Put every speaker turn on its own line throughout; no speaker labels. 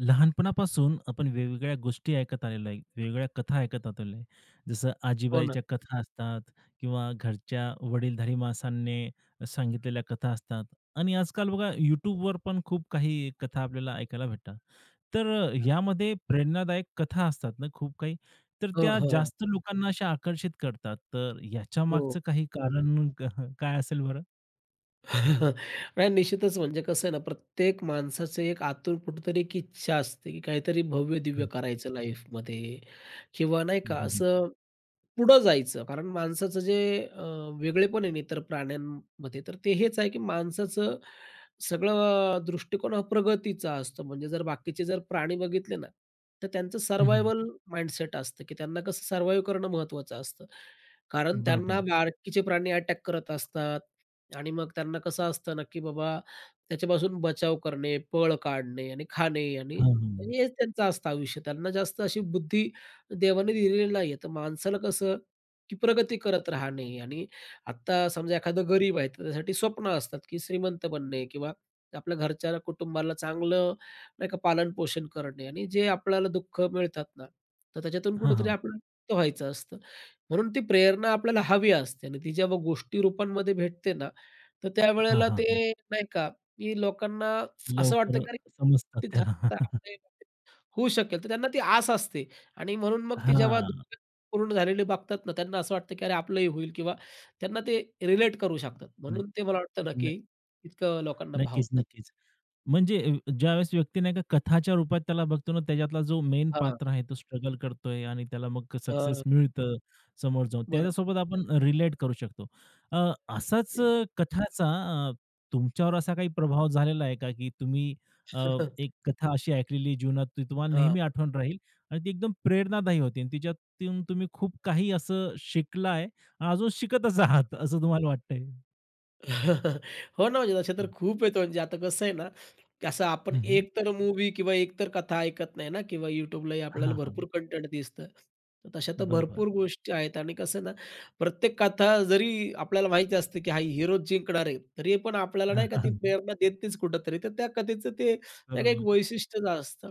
लहानपणापासून आपण वेगवेगळ्या गोष्टी ऐकत आलेलो आहे. वेगवेगळ्या कथा ऐकत आलेलो आहे. जसं
हो ना.
आजीबाईच्या कथा असतात किंवा घरच्या वडीलधारी माणसांनी सांगितलेल्या कथा असतात आणि आजकाल बघा YouTubeवर पण खूप काही कथा आपल्याला ऐकायला भेटतात. तर
अग
यामध्ये प्रेरणादायक कथा असतात ना खूप काही, तर
हो,
त्या
हो,
जास्त लोकांना अशा आकर्षित करतात. तर याच्यामागचं
हो.
काही कारण क काय असेल बरं?
नाही निश्चितच म्हणजे कसं आहे ना, प्रत्येक माणसाचं एक आतून कुठेतरी एक इच्छा असते, की काहीतरी भव्य-दिव्य
हं.
करायचं लाईफमध्ये किंवा नाही
हं,
का
हं, हं.
असं पुढं जायचं. कारण माणसाचं जे वेगळेपण आहे ना इतर प्राण्यांमध्ये, तर ते हेच आहे की माणसाचं सगळं दृष्टिकोन हा प्रगतीचा असतो. म्हणजे जर बाकीचे जर प्राणी बघितले ना, तर त्यांचं
हं,
सर्व्हायव्हल माइंडसेट असतं, की त्यांना कसं सर्व्हाईव्ह करणं महत्त्वाचं असतं. कारण त्यांना
बरोबर.
बाकीचे प्राणी अटॅक करत असतात आणि मग त्यांना कसं असतं ना, की बाबा त्याच्यापासून बचाव करणे, पळ काढणे आणि खाणे आणि
हां, हां.
म्हणजे हेच त्यांचं असतं आयुष्य. त्यांना जास्त अशी बुद्धी देवाने दिलेलं नाहीये. तर माणसाला कसं, की प्रगती करत राहणे आणि आत्ता समजा एखादा गरीब आहे, तर त्यासाठी स्वप्न असतात, की श्रीमंत बनणे किंवा आपल्या घरच्या कुटुंबाला चांगलं नाही का पालन-पोषण करणे आणि जे आपल्याला दुःख मिळतात ना, तर त्याच्यातून
हां,
कुठेतरी
हां.
आपल्याला मुक्त व्हायचं असतं. म्हणून ती प्रेरणा आपल्याला हवी असते आणि ती जेव्हा गोष्टी रूपांमध्ये भेटते ना, तर त्यावेळेला
हां,
ते नाही का, की लोकांना असं
लवकर
वाटतं, की अरे,
समजतात
ते झालं
त्याला.
तर आपल्या याच्यात होऊ शकेल. तर त्यांना ती आस असते आणि म्हणून मग ती जेव्हा
हां.
दुसरे पूर्ण झालेले बघतात ना, त्यांना असं वाटतं, की अरे, आपलंही होईल किंवा त्यांना ते रिलेट करू शकतात.
न
म्हणून ते मला वाटतं ना,
न
की इतकं लोकांना
नक्कीच,
भावतात.
नक्कीच. म्हणजे ज्यावेळेस व्यक्ती नाही का कथाच्या रूपात त्याला बघतो ना, त्याच्यातला जो मेन
हां,
पात्र आहे तो स्ट्रगल करतोय आणि त्याला मग सक्सेस
हां.
मिळतं समोर जाऊन.
बरोबर.
त्याच्यासोबत आपण रिलेट करू शकतो. अ, असाच कथाचा अ, तुमच्यावर असा काही प्रभाव झालेला आहे का, की तुम्ही अ, एक कथा अशी ऐकलेली जीवनात ती तुम्हाला
हां, हां.
नेहमी आठवण राहील आणि ती एकदम प्रेरणादायी होती आणि तिच्यातून तुम्ही खूप काही असं शिकलाय आणि अजून शिकतच आहात असं तुम्हाला वाटतंय?
हो ना, म्हणजे तसे तर खूप आहेत म्हणजे आता कसं आहे ना, की असं आपण
हं, हं.
एकतर मूव्ही किंवा एकतर कथा ऐकत नाही ना किंवा YouTubeलाही आपल्याला
हां,
भरपूर कंटेंट दिसतं. तर तशा तर
बरोबर.
भरपूर गोष्टी आहेत आणि कसं आहे ना, प्रत्येक कथा जरी आपल्याला माहिती असते, की हा हिरो जिंकणार आहे, तरी पण आपल्याला नाही का ती प्रेरणा देतेच कुठेतरी. तर त्या कथेचं ते नाही का एक
बरोबर.
वैशिष्ट्यच असतं.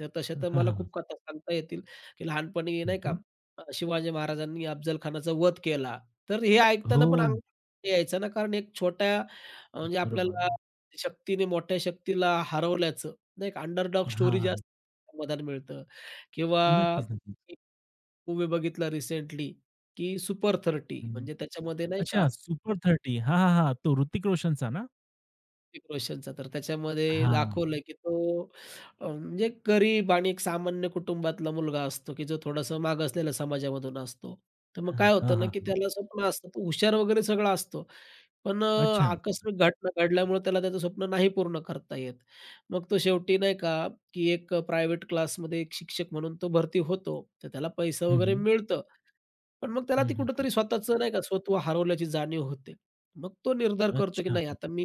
तर तशा तर
हां,
मला
हां.
खूप कथा सांगता येतील, की लहानपणी
हं,
नाही का
हं.
शिवाजी महाराजांनी अफजल खानाचा वध केला. तर हे ऐकताना
हो,
पण यायचा ना, कारण एक छोट्या म्हणजे
बरोबर.
आपल्याला शक्तीने मोठ्या शक्तीला हरवल्याचं, नाही का, अंडरडॉग स्टोरी
हां,
जास्त समाधान मिळतं किंवा
नक्कीच, नक्कीच.
एक मूव्ही बघितला रिसेंटली, की सुपर 30
हं.
म्हणजे त्याच्यामध्ये नाही
अच्छा
का
सुपर 30 हां, हां, हां. तो ऋतिक रोशनचा ना?
ऋतिक रोशनचा. तर त्याच्यामध्ये
हां,
दाखवलं की तो म्हणजे एक गरीब आणि एक सामान्य कुटुंबातला मुलगा असतो, की जो थोडासा मागासलेल्या समाजामधून असतो. तर मग
हां,
काय
हां,
होतं ना, की
हां.
त्याला स्वप्न असतं. तो हुशार वगैरे सगळा असतो. पण
अच्छा.
आकस्मिक घटना घडल्यामुळे त्याला त्याचं स्वप्न नाही पूर्ण करता येत. मग तो शेवटी नाही का, की एक प्रायव्हेट क्लासमध्ये एक शिक्षक म्हणून तो भरती होतो. तर त्याला पैसा
हं,
वगैरे
हं.
मिळतं. पण मग त्याला
हं,
ती
हं.
कुठेतरी स्वतःचं नाही का, स्वत्व हरवल्याची जाणीव होते. मग तो निर्धार करतो, की
अच्छा.
नाही आता मी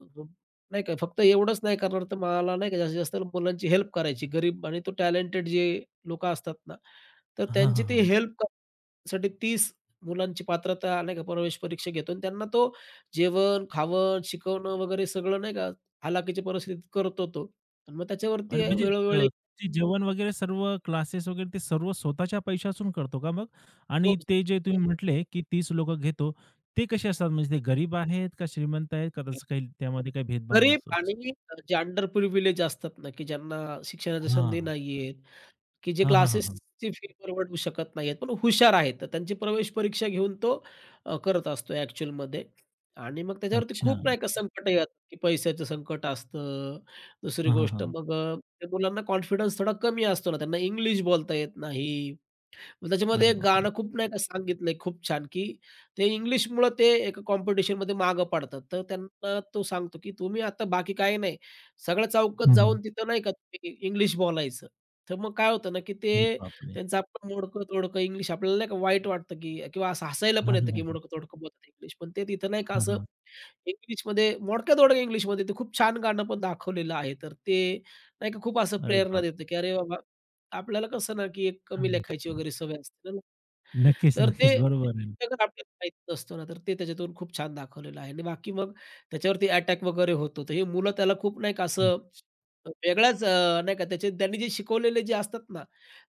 अजून नाही का फक्त एवढंच नाही करणार, तर मला नाही का जास्तीत जास्त मुलांची हेल्प करायची. गरीब आणि तो टॅलेंटेड जे लोकं असतात ना, तर
हां,
त्यांची
हां,
ती
हां.
हेल्प करण्यासाठी 30 मुलांची पात्रता नाही का प्रवेश परीक्षा घेतो आणि त्यांना तो जेवण-खावण, शिकवणं वगैरे सगळं नाही का हालाखीच्या परिस्थितीत करतो तो. आणि मग
अरे
त्याच्यावरती
म्हणजे अ,
वेळोवेळी
ते जेवण वगैरे सर्व क्लासेस वगैरे ते सर्व स्वतःच्या पैशातून करतो का मग? आणि ते जे तुम्ही म्हटले, की 30 लोकं घेतो, ते कसे असतात? म्हणजे ते गरीब आहेत का श्रीमंत आहेत का तसं काही त्यामध्ये काही भेदभाव
गरीब
नसतोच?
आणि जे अंडर प्रिव्हिलेज असतात ना, की ज्यांना शिक्षणाच्या संधी
हां.
नाहीये की जे
हां, हां, हां, हां.
क्लासेसची फी परवडू शकत नाहीयेत, पण हुशार आहेत. तर त्यांची प्रवेश परीक्षा घेऊन तो करत असतो ॲक्चुअलमध्ये आणि मग त्याच्यावरती
अच्छा.
खूप नाही का संकट येतात, की पैशाचं संकट असतं. दुसरी
हां, हां,
गोष्ट
हां.
मग त्या मुलांना कॉन्फिडन्स थोडा कमी असतो ना, त्यांना इंग्लिश बोलता येत नाही मग त्याच्यामध्ये
अरे
एक
बापरे!
गाणं खूप नाही का सांगितलंय खूप छान, की ते इंग्लिशमुळं ते एका कॉम्पिटिशनमध्ये मागं पडतात. तर त्यांना तो सांगतो, की तुम्ही आता बाकी काही नाही. सगळ्या चौकात
हं, हं.
जाऊन तिथं नाही का तुम्ही इंग्लिश बोलायचं. तर मग काय होतं ना, की ते
अरे बापरे!
त्यांचं आपण मोडकं-तोडकं इंग्लिश आपल्याला नाही का वाईट वाटतं, की किंवा असं हसायला
हां,
पण
हां,
येतं, की
हां.
मोडकं-तोडकं बोलतात इंग्लिश. पण ते तिथं नाही का
हां,
असं
हां.
इंग्लिशमध्ये मोडक्यातोडक्या इंग्लिशमध्ये ते खूप छान गाणं पण दाखवलेलं आहे. तर ते नाही का खूप असं
अरे
प्रेरणा
बाप!
देतं, की अरे बाबा, आपल्याला कसं ना, की एक कमी
हं.
लेखायची वगैरे सवय असते ना.
नक्कीच,
तर ते
नक्कीच. बरोबर आहे.
सगळं आपल्याला माहीत नसतो ना, तर ते त्याच्यातून खूप छान दाखवलेलं आहे आणि बाकी मग त्याच्यावरती अटॅक वगैरे होतो. तर हे मुलं त्याला खूप नाही का
हं.
असं वेगळाच नाही का त्याचे त्यांनी जे शिकवलेले जे असतात ना,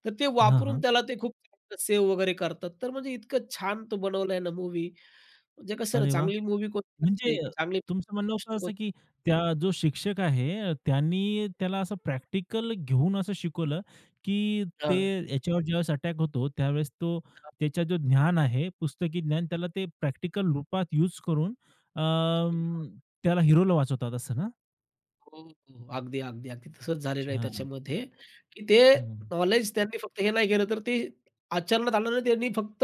तर ते
हां,
वापरून
हां.
त्याला ते खूप सेव्ह वगैरे करतात. तर म्हणजे इतकं छान तो बनवलाय ना मूव्ही म्हणजे कसं ना,
अरे वाह!
चांगली मूव्ही कोणती
म्हणजे
असते, की चांगली
तुमचं म्हणणं होतं
गोष्ट
असं,
कोणती
की त्या जो शिक्षक आहे, त्यांनी त्याला असं प्रॅक्टिकल घेऊन असं शिकवलं, की ते
हां.
याच्यावर ज्यावेळेस अटॅक होतो, त्यावेळेस तो त्याचं जो ज्ञान आहे, पुस्तकी ज्ञान, त्याला ते प्रॅक्टिकल रूपात यूज करून अं, त्याला हिरोला वाचवतात असं ना?
हो, हो. अगदी, अगदी, अगदी तसंच झालेलं आहे
अच्छा.
त्याच्यामध्ये, की ते
हं, हं.
नॉलेज त्यांनी फक्त हे नाही केलं, तर ते आचरणात आणलं नाही. त्यांनी फक्त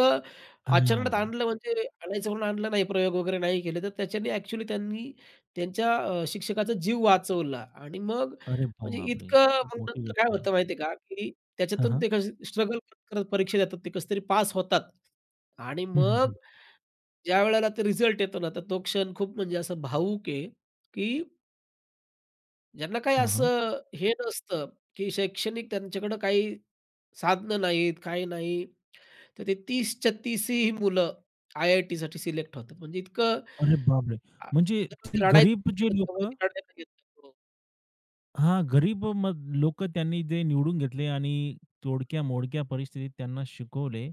आचरणात
हां.
आणलं म्हणजे आणायचं म्हणून आणलं नाही, प्रयोग वगैरे नाही केले. तर त्याच्याने ॲक्चुअली त्यांनी त्यांच्या शिक्षकाचा जीव वाचवला आणि मग
अरे
म्हणजे
बापरे!
इतकं
खूप
मग
मोठी
नंतर काय
गोष्ट आहे.
होतं माहिती आहे का, की
हां,
त्याच्यातून
हां.
ते कसे स्ट्रगल करत परीक्षा देतात, ते कसं तरी पास होतात आणि
हं, हं,
मग
हं.
ज्यावेळेला ते रिझल्ट येतो ना, तर तो क्षण खूप म्हणजे असा भावूक आहे, की ज्यांना काही
हां, हां.
असं हे नसतं, की शैक्षणिक त्यांच्याकडं काही साधनं नाहीत, काही नाही. तर ते 30च्या 30 ही मुलं आय-आय-टीसाठी सिलेक्ट होतात. म्हणजे इतकं
अरे बापरे!
आ
म्हणजे ती गरीब जे
रडायचं
लोकं
तेव्हाही रडायला येतं.
हां, गरीब मग लोकं त्यांनी जे निवडून घेतले आणि तोडक्या-मोडक्या परिस्थितीत त्यांना शिकवले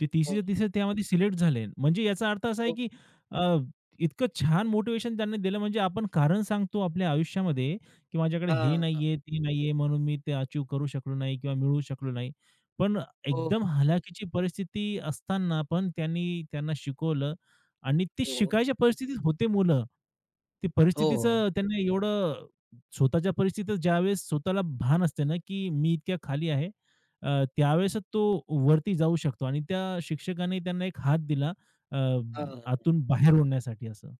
ते
हो,
30च्या 30
हो,
त्यामध्ये सिलेक्ट झाले. म्हणजे याचा अर्थ असा आहे,
हो.
की अ, इतकं छान मोटिव्हेशन त्यांनी दिलं म्हणजे आपण कारण सांगतो आपल्या आयुष्यामध्ये, की माझ्याकडे हे
हां, हां.
नाहीये, ते नाहीये म्हणून मी ते अचीव्ह करू शकलो नाही किंवा मिळवू शकलो नाही. पण
हो,
एकदम हलाखीची परिस्थिती असताना पण त्यांनी त्यांना शिकवलं आणि ते
हो,
शिकायच्या परिस्थितीत होते मुलं. ते
हो.
परिस्थितीचं त्यांना एवढं स्वतःच्या परिस्थितीत ज्यावेळेस स्वतःला भान असते ना, की मी इतक्या खाली आहे त्यावेळेस तो वरती जाऊ शकतो आणि त्या शिक्षकाने त्यांना एक हात दिला अ,
हां.
आतून बाहेर ओढण्यासाठी असं.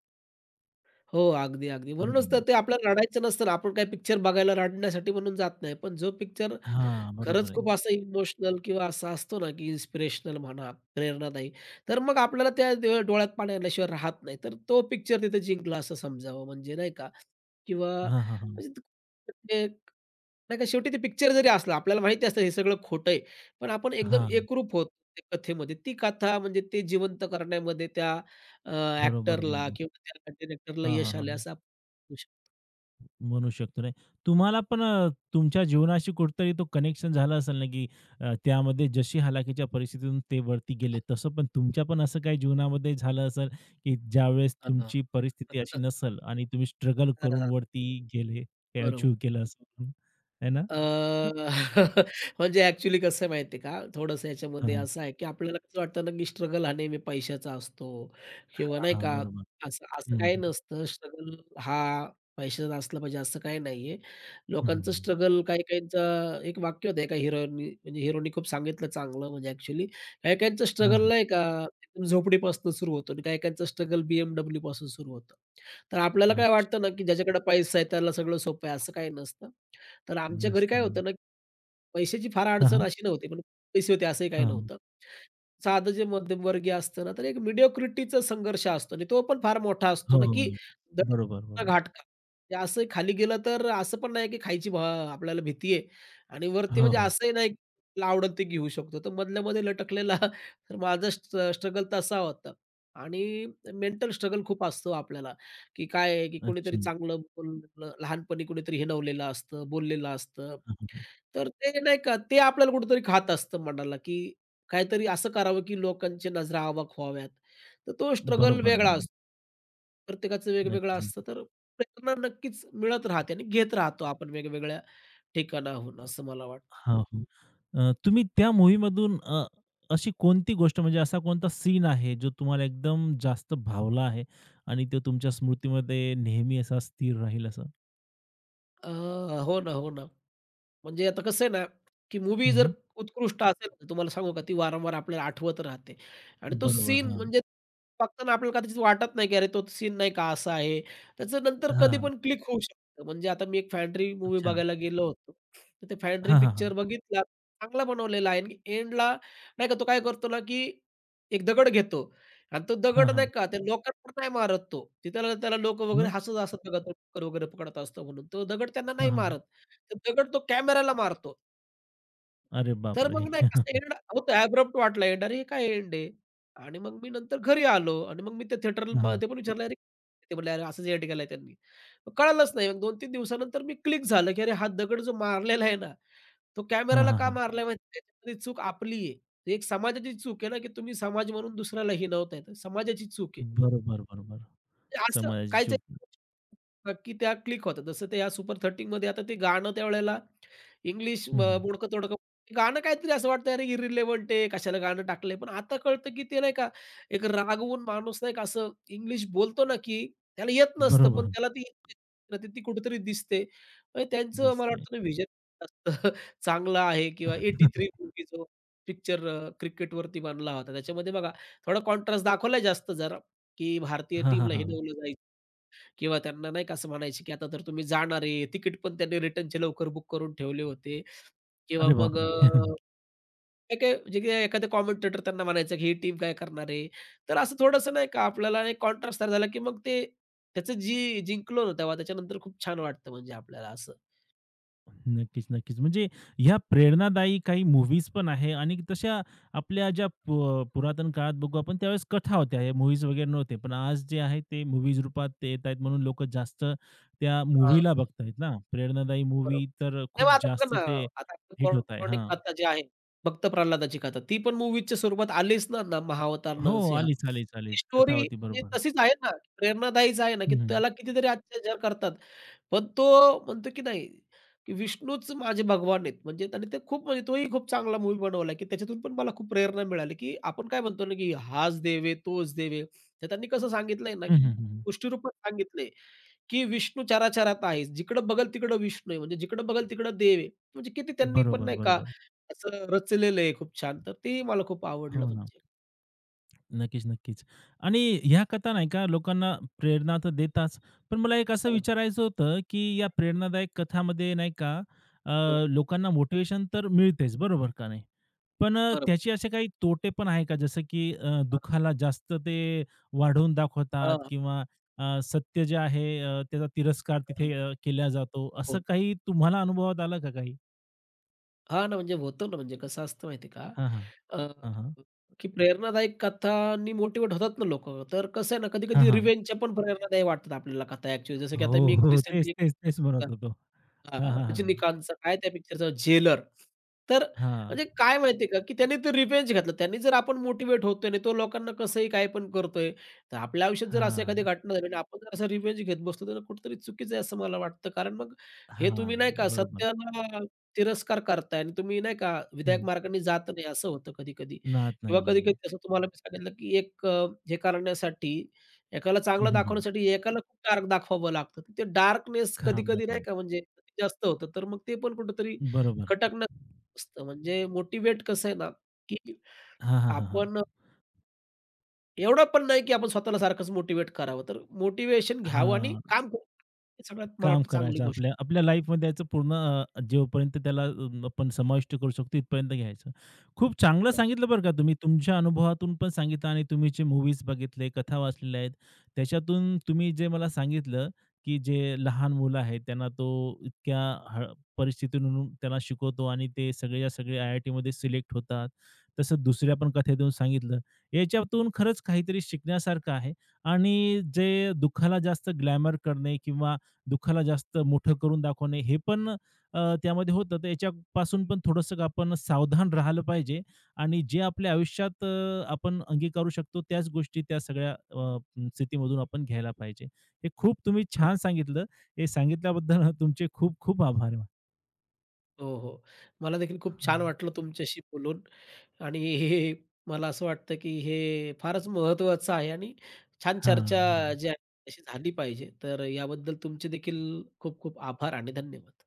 हो, अगदी, अगदी. म्हणूनच तर
हं.
ते आपल्याला रडायचं नसतं ना, आपण काही पिक्चर बघायला रडण्यासाठी म्हणून जात नाही. पण जो पिक्चर
हां, बरोबर
खरंच
आहे.
खूप असं इमोशनल किंवा असा असतो ना, की इन्स्पिरेशनल म्हणा, प्रेरणादायी. तर मग आपल्याला त्या डोळ्यात पाणी आल्याशिवाय राहत नाही. तर तो पिक्चर तिथे जिंकला असं समजावं म्हणजे नाही का? किंवा
हां, हां, हां.
म्हणजे ते ते- नाही का शेवटी ते पिक्चर जरी असला, आपल्याला माहिती असतं हे सगळं खोटं आहे. पण आपण एकदम
हां.
एकरूप होतो त्या कथेमध्ये. ती कथा म्हणजे ते जिवंत करण्यामध्ये त्या अ,
बरोबर,
किंवा
बरोबर.
त्या डायरेक्टरला
हां, हां,
यश आले
हां.
असं आपण म्हणू शकतो.
म्हणू शकतो नाही. तुम्हाला पण तुमच्या जीवनाशी कुठेतरी तो कनेक्शन झाला असेल ना, की त्यामध्ये जशी हालाखीच्या परिस्थितीतून ते वरती गेले, तसं पण तुमच्या पण असं काही जीवनामध्ये झालं असेल, की ज्यावेळेस
हां, हां.
तुमची परिस्थिती अशी नसेल आणि तुम्ही स्ट्रगल करून
हां,
वरती गेले, ते
बरोबर.
अचीव्ह केलं असं, आहे ना?
अ, म्हणजे ॲक्चुअली कसं आहे माहिती आहे का, थोडंसं
हां,
याच्यामध्ये
हां,
असं आहे, की आपल्याला कसं वाटतं ना, की स्ट्रगल हा नेहमी पैशाचा असतो किंवा नाही
हां,
का,
बरोबर.
असं असं
हं,
काही
हं.
नसतं. स्ट्रगल हा पैशाचा असला पाहिजे असं काही नाहीये.
हं,
लोकांचं
हं.
स्ट्रगल काही-काहींचं एक वाक्य होतं एका हिरोनी म्हणजे हिरोनी खूप सांगितलं चांगलं म्हणजे ॲक्चुअली काही-काहींचं स्ट्रगल
हां,
नाही का, एकदम झोपडीपासून सुरू होतो आणि काही-काहींचं स्ट्रगल BMWपासून सुरू होतं. तर आपल्याला काय
अच्छा.
वाटतं ना, की ज्याच्याकडे पैसा आहे त्याला सगळं सोपं आहे असं काही नसतं. तर आमच्या घरी काय
नसताना.
होतं ना, पैशाची फार
हां,
अडचण
हां.
अशी नव्हती, पण पैसे होते असंही काही
हां,
नव्हतं. साधं जे मध्यमवर्गीय असतं ना, तर एक मिडिओक्रिटीचा संघर्ष असतो आणि तो पण फार मोठा
हो,
असतो ना,
हो.
की
बरोबर,
दळका
बरोबर.
घाटका. म्हणजे असं खाली गेलं तर असं पण नाही, की खायची भा आपल्याला भीती आहे आणि वरती
हो,
म्हणजे
हो.
असंही नाही, की आपल्याला आवडेल ते घेऊ शकतो. तर मधल्यामध्ये लटकलेला तर माझा स्ट्रगल तसा होता आणि मेंटल स्ट्रगल खूप असतो आपल्याला. की काय आहे, की कोणीतरी
अच्छा.
चांगलं बोललं लहानपणी कोणीतरी हिणवलेलं असतं, बोललेलं असतं.
हां, हां, हां.
तर ते नाही का, ते आपल्याला कुठेतरी खात असतं मनाला, की काहीतरी असं करावं, की लोकांच्या नजरा अवाक व्हाव्यात. तर तो स्ट्रगल
बरोबर,
वेगळा
बरोबर.
असतो. प्रत्येकाचं वेगवेगळं
नक्कीच.
असतं. तर प्रेरणा नक्कीच मिळत राहते आणि घेत राहतो आपण वेगवेगळ्या ठिकाणाहून असं मला वाटतं.
हां, हो. तुम्ही त्या मूव्हीमधून अशी कोणती गोष्ट म्हणजे असा कोणता सीन आहे जो तुम्हाला एकदम जास्त भावला आहे आणि तो तुमच्या स्मृतीमध्ये नेहमी असा स्थिर राहील असं?
अ, हो ना, हो ना. म्हणजे आता कसं आहे ना, की मूव्ही
हं,
जर
हं.
उत्कृष्ट असेल तर तुम्हाला सांगू का, ती वारंवार आपल्याला आठवत राहते आणि तो
बरोबर.
सीन
हां.
म्हणजे बघताना आपल्याला कदाचित वाटत नाही, की अरे तो सीन नाही का असा आहे. त्याचं नंतर कधी
हां.
पण क्लिक होऊ शकतं. म्हणजे आता मी एक फॅन्ड्री मूव्ही
अच्छा.
बघायला गेलो होतो. तर ते फॅन्ड्री
हां, हां,
पिक्चर
हां.
बघितला. चांगला बनवलेला आहे आणि एंडला नाही का तो काय करतो ना, की एक दगड घेतो आणि तो
हां,
दगड नाही
हां.
का त्या लोकांवर नाही मारत तो. तिथं त्याला लोकं वगैरे
मग?
हसत-हसत बघा डुक्कर वगैरे पकडत असतो म्हणून. तो दगड त्यांना
हां,
नाही
हां.
मारत. तर दगड तो कॅमेराला मारतो.
अरे
तर
बापरे!
मग नाही कसं एंड होतं ॲब्रप्ट वाटला एंड. अरे, हे काय एंड आहे? आणि मग मी नंतर घरी आलो आणि मग मी त्या
हां, हां.
थिएटरमध्ये पण विचारलं, "अरे" ते म्हणले, "अरे, असंच एंड केलाय त्यांनी." मग कळालंच नाही. मग 2-3 दिवसानंतर मी क्लिक झालं, की अरे हा दगड जो मारलेला आहे ना, तो
हां,
कॅमेराला
हां,
का
हां.
मारलाय माहिती त्याच्यामध्ये चूक आपली आहे. ही एक समाजाची चूक आहे ना, की तुम्ही समाज म्हणून दुसऱ्याला हिणवताय. तर समाजाची चूक आहे.
बरोबर, बरोबर.
ते असं
समाजाची
काहीच
चूक.
नक्की त्या क्लिक होतात. जसं ते या सुपर 13मध्ये आता ते गाणं त्यावेळेला इंग्लिश
हं, हं.
बोडकं-तोडकं गाणं काहीतरी असं वाटतं अरे इर्रिलेव्हंट आहे, कशाला गाणं टाकलंय. पण आता कळतं की ते नाही का एक रागवून माणूस नाही का असं इंग्लिश बोलतो ना, की त्याला येत नसतं पण
बरोबर.
त्याला ती ती ती कुठेतरी दिसते. म्हणजे त्यांचं मला
दिसते.
वाटतं ना व्हिजन आहे किंवा 83 मूव्ही जो पिक्चर क्रिकेटवरती बनला होता. त्याच्यामध्ये बघा थोडा कॉन्ट्रास्ट दाखवलाय जास्त जरा, की भारतीय
हां, हां,
टीमला
हां.
हिणवलं जायचं. किंवा त्यांना नाही का असं म्हणायचे, की आता तर तुम्ही जाणार आहे. तिकीट पण त्यांनी रिटर्नचे लवकर बुक करून ठेवले होते किंवा
अरे
मग
बापरे!
काही-काही म्हणजे की एखादा कॉमेंटेटर त्यांना म्हणायचं, की ही टीम काय करणार आहे? तर असं थोडंसं नाही का आपल्याला एक कॉन्ट्रास्ट तयार झाला, की मग ते त्याचं जिंकलो ना तेव्हा त्याच्यानंतर खूप छान वाटतं म्हणजे आपल्याला असं.
नक्कीच, नक्कीच. म्हणजे ह्या प्रेरणादायी काही मूव्हीज पण आहे आणि तशा आपल्या ज्या पुरातन काळात बघू आपण त्यावेळेस कथा होत्या. हे मूव्हीज वगैरे नव्हते. पण आज जे आहे ते मूव्हीज रूपात ते येत आहेत म्हणून लोकं जास्त त्या मूव्हीला बघतायत ना. प्रेरणादायी
बरोबर.
मूव्ही तर खूप
तेव्हा आता बघा
जास्त
ना,
ते
आता
हिट होत आहे.
पौराणिक
हां.
कथा जी आहे, भक्त प्रल्हादाची कथा, ती पण मूव्हीच्या स्वरूपात आलीच ना, ना महावतार
हो,
नरसिंहा.
आलीच, आलीच,
ती
आलीच. कथा
स्टोरी
होती.
म्हणजे
बरोबर.
तशीच आहे ना, प्रेरणादायीच आहे ना, की
हं, हं.
त्याला कितीतरी अत्याचार करतात. पण तो म्हणतो की नाही, की विष्णूच माझे भगवान आहेत. म्हणजे त्याने ते खूप म्हणजे तोही खूप चांगला मूव्ही बनवला, की त्याच्यातून पण मला खूप प्रेरणा मिळाली, की आपण काय म्हणतो ना, की हाच देव तोच देव तर त्यांनी कसं सांगितलंय ना,
हं,
की
हं,
गोष्टी रूपात सांगितलंय. की विष्णू चराचरात आहे. जिकडं बघल तिकडं विष्णू आहे. म्हणजे जिकडं बघल तिकडं देव आहे. म्हणजे किती त्यांनी पण
बरोबर,
नाही का
बरोबर.
असं रचलेलं आहे खूप छान. तर ते मला खूप आवडलं
हो ना.
म्हणजे.
नक्कीच, नक्कीच. आणि ह्या कथा नाही का लोकांना प्रेरणा तर देतात. पण मला एक असं
हां.
विचारायचं होतं, की या प्रेरणादायक कथामध्ये नाही का अ,
हं.
लोकांना मोटिव्हेशन तर मिळतेच, बरोबर का नाही? पण
बरोबर.
त्याचे असे काही तोटे पण आहे का? जसं की दुःखाला
हां,
जास्त ते वाढवून दाखवतात
हां, हां.
किंवा सत्य जे आहे त्याचा तिरस्कार तिथे केला जातो. असं
हो.
काही तुम्हाला अनुभवात आलं का काही?
हा ना, म्हणजे होतं ना, म्हणजे कसं असतं माहिती आहे
हां, हां.
का?
हां, हां.
की प्रेरणादायक कथांनी मोटिव्हेट होतात ना लोकं. तर कसं आहे ना,
हां,
कधी-कधी
हां.
रिव्हेंजच्या पण प्रेरणादायी वाटतात आपल्याला कथा ॲक्चुअली. जसं की आता
हो,
मी एक
हो. तेच,
रिसेंटली एक
तेच,
पिक्चर
तेच म्हणत
बघितला.
होतो. हां,
हां,
हां, हां, हां.
रजनीकांतचा काय त्या पिक्चरचा झेलर. तर
हां.
म्हणजे काय माहिती का, की त्याने ते रिव्हेंज घेतलं. त्यांनी जर आपण मोटिव्हेट होतोय आणि तो लोकांना कसंही काय पण करतोय, तर आपल्या आयुष्यात जर अशी
हां,
एखादी घटना झाली आणि आपण जर असं रिव्हेंज घेत बसलो, तर कुठेतरी चुकीचं आहे असं मला वाटतं. कारण मग हे
हां,
तुम्ही नाही का
बरोबर.
सत्याला तिरस्कार करताय आणि तुम्ही नाही का विधायक
हं.
मार्गाने जात नाही असं होतं कधी-कधी
नात
किंवा
नाहीये.
कधी-कधी असं तुम्हाला मी सांगितलं, की एक हे करण्यासाठी एकाला
हं,
चांगलं
हं, हं.
दाखवण्यासाठी एकाला खूप डार्क दाखवावं लागतं. तर ते डार्कनेस
खराब
कधी-कधी नाही
नफा.
का म्हणजे जास्त होतं. तर मग ते पण कुठेतरी
बरोबर.
खटकणं असतं. म्हणजे मोटिव्हेट कसं आहे ना, की
हां, हां, हां, हां.
आपण एवढं पण नाही, की आपण स्वतःला सारखंच मोटिव्हेट करावं. तर मोटिव्हेशन घ्यावं आणि
हां.
काम करू. हे सगळ्यात मला
काम
वाटतं चांगली
करायचं
गोष्ट.
आपल्या आपल्या लाईफमध्ये याचं पूर्ण जेवपर्यंत त्याला आपण समाविष्ट करू शकतो तिथपर्यंत घ्यायचं. खूप चांगलं
बरोबर,
सांगितलं बरं का तुम्ही. तुमच्या अनुभवातून पण सांगितलं आणि तुम्ही जे मूव्हीज बघितले, कथा वाचलेल्या आहेत, त्याच्यातून तुम्ही जे मला सांगितलं, की जे लहान मुलं आहेत त्यांना तो इतक्या हळ परिस्थितीतून त्यांना शिकवतो आणि ते सगळेच्या सगळे आय-आय-टीमध्ये सिलेक्ट होतात. तसं दुसऱ्या पण कथेतून सांगितलं. याच्यातून खरंच काहीतरी शिकण्यासारखं आहे आणि जे दुःखाला जास्त ग्लॅमर करणे किंवा दुःखाला जास्त मोठं करून दाखवणे हे पण त्यामध्ये होतं. तर याच्यापासून पण थोडंसं आपण सावधान राहिलं पाहिजे आणि जे आपल्या आयुष्यात आपण अंगीकारू शकतो त्याच गोष्टी त्या सगळ्या स्थितीमधून आपण घ्यायला पाहिजे. हे खूप तुम्ही
बरोबर.
छान सांगितलं. हे सांगितल्याबद्दल तुमचे खूप खूप आभार.
हो, हो. मला देखील खूप छान वाटलं तुमच्याशी बोलून आणि हे मला असं वाटतं, की हे फारच महत्त्वाचं आहे आणि छान
हां,
चर्चा
बरोबर.
जी आहे, तशी झाली पाहिजे. तर याबद्दल तुमचे देखील खूप खूप आभार आणि धन्यवाद.